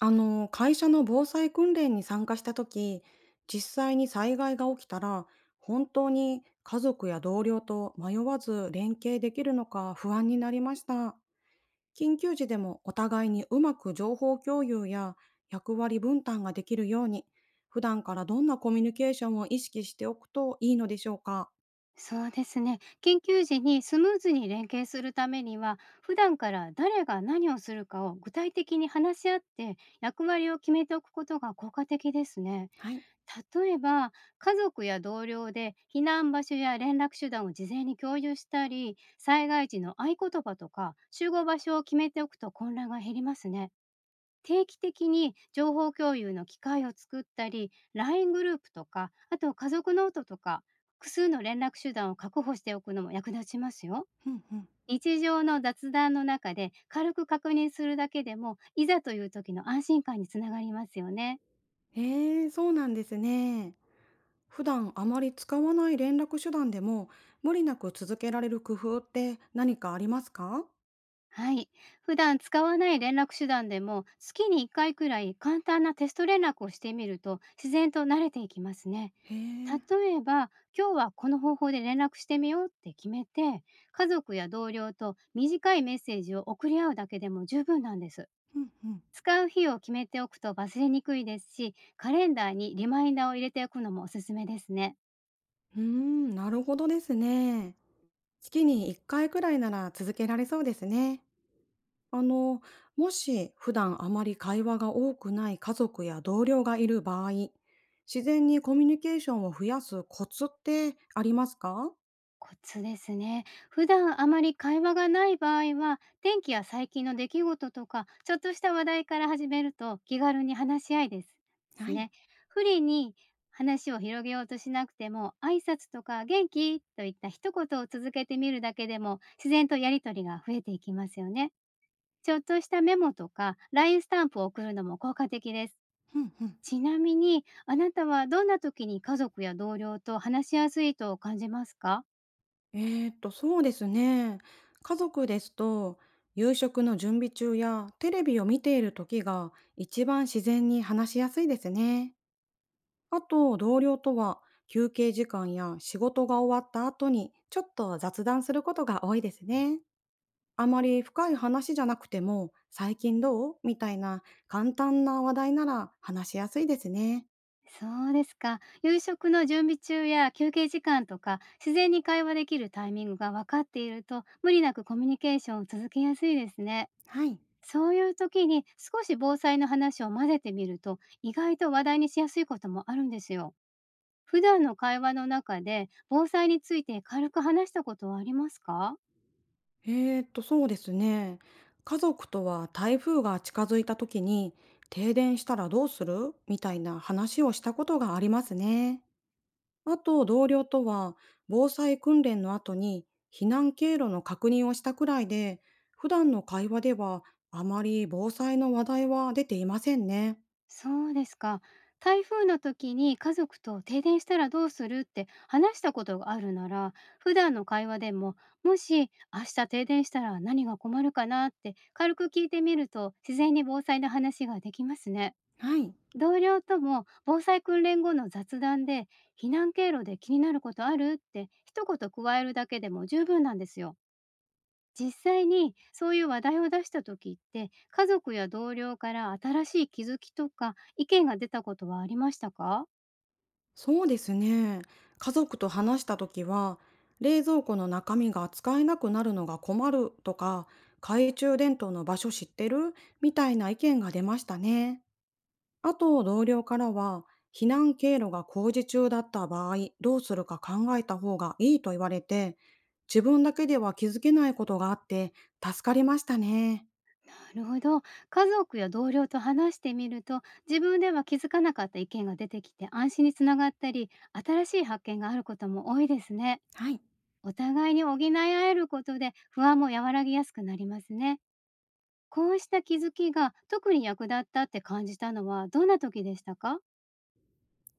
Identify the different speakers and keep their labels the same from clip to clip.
Speaker 1: 会社の防災訓練に参加した時、実際に災害が起きたら、本当に家族や同僚と迷わず連携できるのか不安になりました。緊急時でもお互いにうまく情報共有や役割分担ができるように、普段からどんなコミュニケーションを意識しておくといいのでしょうか。
Speaker 2: そうですね。緊急時にスムーズに連携するためには、普段から誰が何をするかを具体的に話し合って、役割を決めておくことが効果的ですね。
Speaker 1: はい。
Speaker 2: 例えば、家族や同僚で避難場所や連絡手段を事前に共有したり、災害時の合言葉とか集合場所を決めておくと混乱が減りますね。定期的に情報共有の機会を作ったり LINE グループとかあと家族ノートとか複数の連絡手段を確保しておくのも役立ちますよ。
Speaker 1: うんうん。
Speaker 2: 日常の雑談の中で軽く確認するだけでもいざという時の安心感につながりますよね。
Speaker 1: へえ、そうなんですね。普段あまり使わない連絡手段でも無理なく続けられる工夫って何かありますか？
Speaker 2: はい。普段使わない連絡手段でも、月に1回くらい簡単なテスト連絡をしてみると、自然と慣れていきますね。
Speaker 1: へえ、
Speaker 2: 例えば、今日はこの方法で連絡してみようって決めて、家族や同僚と短いメッセージを送り合うだけでも十分なんです。
Speaker 1: うんうん。
Speaker 2: 使う日を決めておくと忘れにくいですし、カレンダーにリマインダーを入れておくのもおすすめですね。
Speaker 1: うーん、なるほどですね。月に1回くらいなら続けられそうですね。あの、もし普段あまり会話が多くない家族や同僚がいる場合、自然にコミュニケーションを増やすコツってありますか？
Speaker 2: コツですね。普段あまり会話がない場合は、天気や最近の出来事とか、ちょっとした話題から始めると気軽に話し合いです。です
Speaker 1: はい。
Speaker 2: ね。不利に話を広げようとしなくても、挨拶とか元気といった一言を続けてみるだけでも、自然とやりとりが増えていきますよね。ちょっとしたメモとか、LINE スタンプを送るのも効果的です。
Speaker 1: うんうん。
Speaker 2: ちなみに、あなたはどんな時に家族や同僚と話しやすいと感じますか？
Speaker 1: そうですね。家族ですと、夕食の準備中やテレビを見ている時が一番自然に話しやすいですね。あと、同僚とは休憩時間や仕事が終わった後にちょっと雑談することが多いですね。あまり深い話じゃなくても、最近どうみたいな簡単な話題なら話しやすいですね。
Speaker 2: そうですか。夕食の準備中や休憩時間とか、自然に会話できるタイミングが分かっていると、無理なくコミュニケーションを続けやすいですね。
Speaker 1: はい。
Speaker 2: そういう時に少し防災の話を混ぜてみると、意外と話題にしやすいこともあるんですよ。普段の会話の中で、防災について軽く話したことはありますか？
Speaker 1: そうですね。家族とは台風が近づいた時に停電したらどうするみたいな話をしたことがありますね。あと同僚とは防災訓練の後に避難経路の確認をしたくらいで、普段の会話ではあまり防災の話題は出ていませんね。
Speaker 2: そうですか。台風の時に家族と停電したらどうするって話したことがあるなら、普段の会話でも、もし明日停電したら何が困るかなって軽く聞いてみると、自然に防災の話ができますね。
Speaker 1: はい。
Speaker 2: 同僚とも防災訓練後の雑談で、避難経路で気になることあるって一言加えるだけでも十分なんですよ。実際にそういう話題を出した時って家族や同僚から新しい気づきとか意見が出たことはありましたか？
Speaker 1: そうですね。家族と話した時は、冷蔵庫の中身が使えなくなるのが困るとか、懐中電灯の場所知ってるみたいな意見が出ましたね。あと、同僚からは、避難経路が工事中だった場合、どうするか考えた方がいいと言われて、自分だけでは気づけないことがあって、助かりましたね。
Speaker 2: なるほど。家族や同僚と話してみると、自分では気づかなかった意見が出てきて、安心につながったり新しい発見があることも多いですね。
Speaker 1: はい。
Speaker 2: お互いに補い合えることで不安も和らぎやすくなりますね。こうした気づきが特に役立ったって感じたのはどんな時でしたか？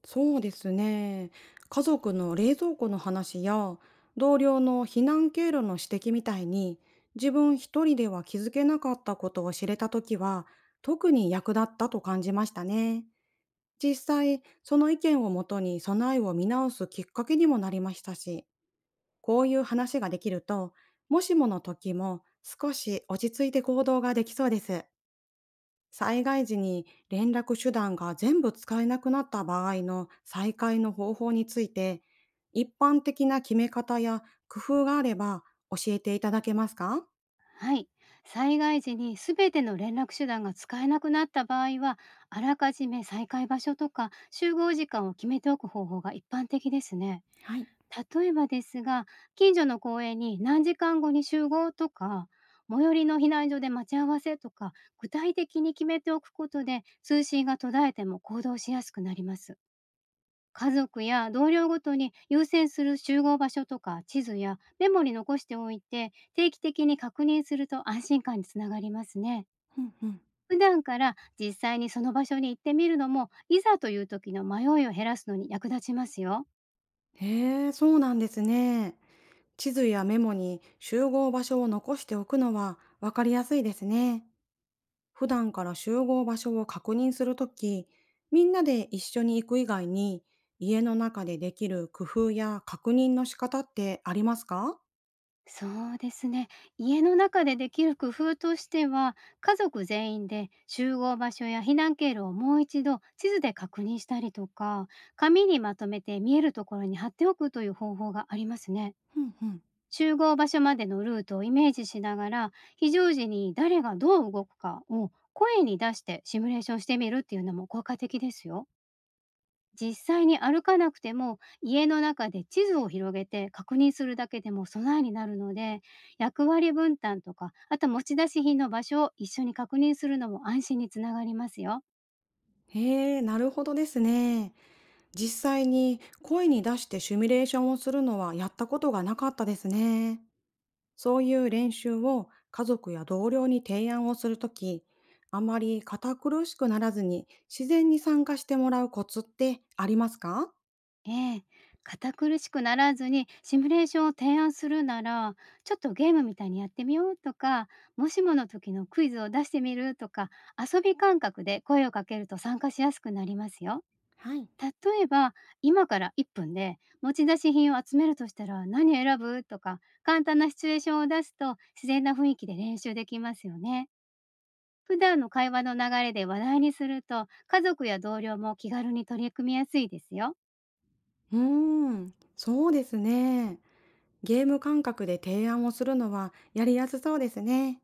Speaker 1: そうですね。家族の冷蔵庫の話や同僚の避難経路の指摘みたいに自分一人では気づけなかったことを知れたときは特に役立ったと感じましたね。実際、その意見をもとに備えを見直すきっかけにもなりましたし、こういう話ができると、もしもの時も少し落ち着いて行動ができそうです。災害時に連絡手段が全部使えなくなった場合の再開の方法について、一般的な決め方や工夫があれば教えていただけますか？
Speaker 2: はい。災害時にすべての連絡手段が使えなくなった場合は、あらかじめ再開場所とか集合時間を決めておく方法が一般的ですね。
Speaker 1: はい。
Speaker 2: 例えばですが、近所の公園に何時間後に集合とか、最寄りの避難所で待ち合わせとか、具体的に決めておくことで、通信が途絶えても行動しやすくなります。家族や同僚ごとに優先する集合場所とか、地図やメモに残しておいて定期的に確認すると安心感につながりますね。
Speaker 1: うんうん。
Speaker 2: 普段から実際にその場所に行ってみるのもいざという時の迷いを減らすのに役立ちますよ。
Speaker 1: へえ、そうなんですね。地図やメモに集合場所を残しておくのは分かりやすいですね。普段から集合場所を確認するとき、みんなで一緒に行く以外に、家の中でできる工夫や確認の仕方ってありますか？
Speaker 2: そうですね。家の中でできる工夫としては、家族全員で集合場所や避難経路をもう一度地図で確認したりとか、紙にまとめて見えるところに貼っておくという方法がありますね。
Speaker 1: うんうん。
Speaker 2: 集合場所までのルートをイメージしながら、非常時に誰がどう動くかを声に出してシミュレーションしてみるっていうのも効果的ですよ。実際に歩かなくても家の中で地図を広げて確認するだけでも備えになるので、役割分担とかあと持ち出し品の場所を一緒に確認するのも安心につながりますよ。
Speaker 1: へえ、なるほどですね。実際に声に出してシミュレーションをするのはやったことがなかったですね。そういう練習を家族や同僚に提案をするとき、あまり堅苦しくならずに自然に参加してもらうコツってありますか？
Speaker 2: ええ、堅苦しくならずにシミュレーションを提案するなら、ちょっとゲームみたいにやってみようとか、もしもの時のクイズを出してみるとか、遊び感覚で声をかけると参加しやすくなりますよ。
Speaker 1: はい。
Speaker 2: 例えば、今から1分で持ち出し品を集めるとしたら何選ぶとか、簡単なシチュエーションを出すと自然な雰囲気で練習できますよね。普段の会話の流れで話題にすると、家族や同僚も気軽に取り組みやすいですよ。
Speaker 1: うーん、そうですね。ゲーム感覚で提案をするのはやりやすそうですね。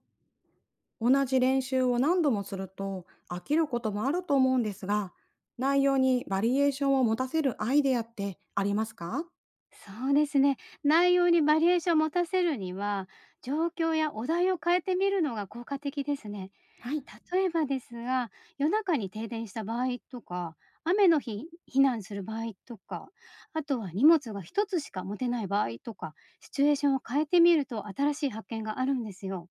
Speaker 1: 同じ練習を何度もすると飽きることもあると思うんですが、内容にバリエーションを持たせるアイデアってありますか？
Speaker 2: そうですね。内容にバリエーションを持たせるには、状況やお題を変えてみるのが効果的ですね。
Speaker 1: はい。
Speaker 2: 例えばですが、夜中に停電した場合とか、雨の日避難する場合とか、あとは荷物が一つしか持てない場合とか、シチュエーションを変えてみると新しい発見があるんですよ。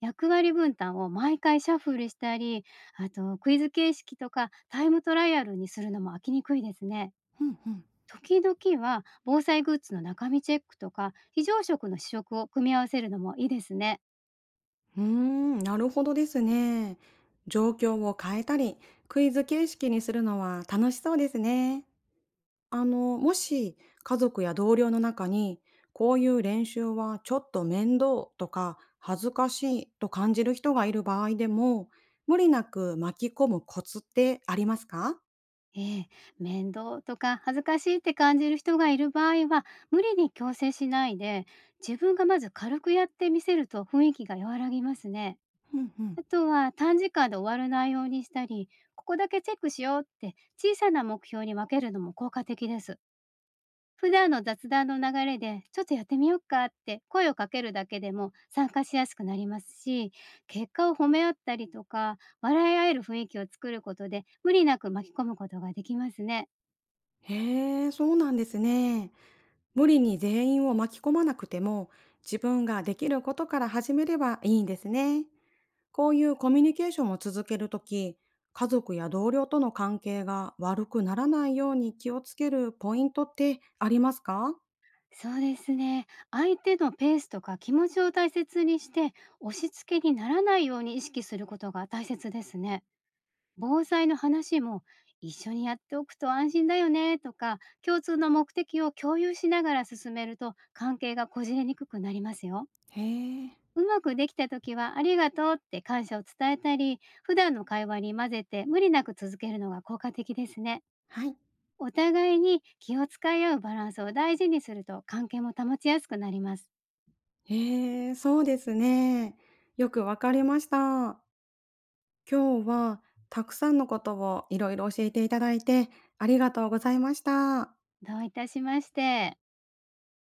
Speaker 2: 役割分担を毎回シャッフルしたり、あとクイズ形式とかタイムトライアルにするのも飽きにくいですね。
Speaker 1: うん
Speaker 2: 時々は防災グッズの中身チェックとか非常食の試食を組み合わせるのもいいですね。
Speaker 1: うん。うーん、なるほどですね。状況を変えたり、クイズ形式にするのは楽しそうですね。もし家族や同僚の中に、こういう練習はちょっと面倒とか恥ずかしいと感じる人がいる場合でも、無理なく巻き込むコツってありますか？
Speaker 2: ええ、面倒とか恥ずかしいって感じる人がいる場合は、無理に強制しないで自分がまず軽くやってみせると雰囲気が和らぎますね。
Speaker 1: うんうん。
Speaker 2: あとは短時間で終わる内容にしたり、ここだけチェックしようって小さな目標に分けるのも効果的です。普段の雑談の流れで、ちょっとやってみようかって声をかけるだけでも参加しやすくなりますし、結果を褒め合ったりとか、笑い合える雰囲気を作ることで、無理なく巻き込むことができますね。
Speaker 1: へえ、そうなんですね。無理に全員を巻き込まなくても、自分ができることから始めればいいんですね。こういうコミュニケーションを続けるとき、家族や同僚との関係が悪くならないように気をつけるポイントってありますか？
Speaker 2: そうですね。相手のペースとか気持ちを大切にして、押し付けにならないように意識することが大切ですね。防災の話も、一緒にやっておくと安心だよねとか、共通の目的を共有しながら進めると関係がこじれにくくなりますよ。
Speaker 1: へえ、
Speaker 2: うまくできた時は「ありがとう」って感謝を伝えたり、普段の会話に混ぜて無理なく続けるのが効果的ですね。
Speaker 1: はい。
Speaker 2: お互いに気を使い合うバランスを大事にすると関係も保ちやすくなります。
Speaker 1: へえ、そうですね。よくわかりました。今日はたくさんのことをいろいろ教えていただいてありがとうございました。
Speaker 2: どういたしまして。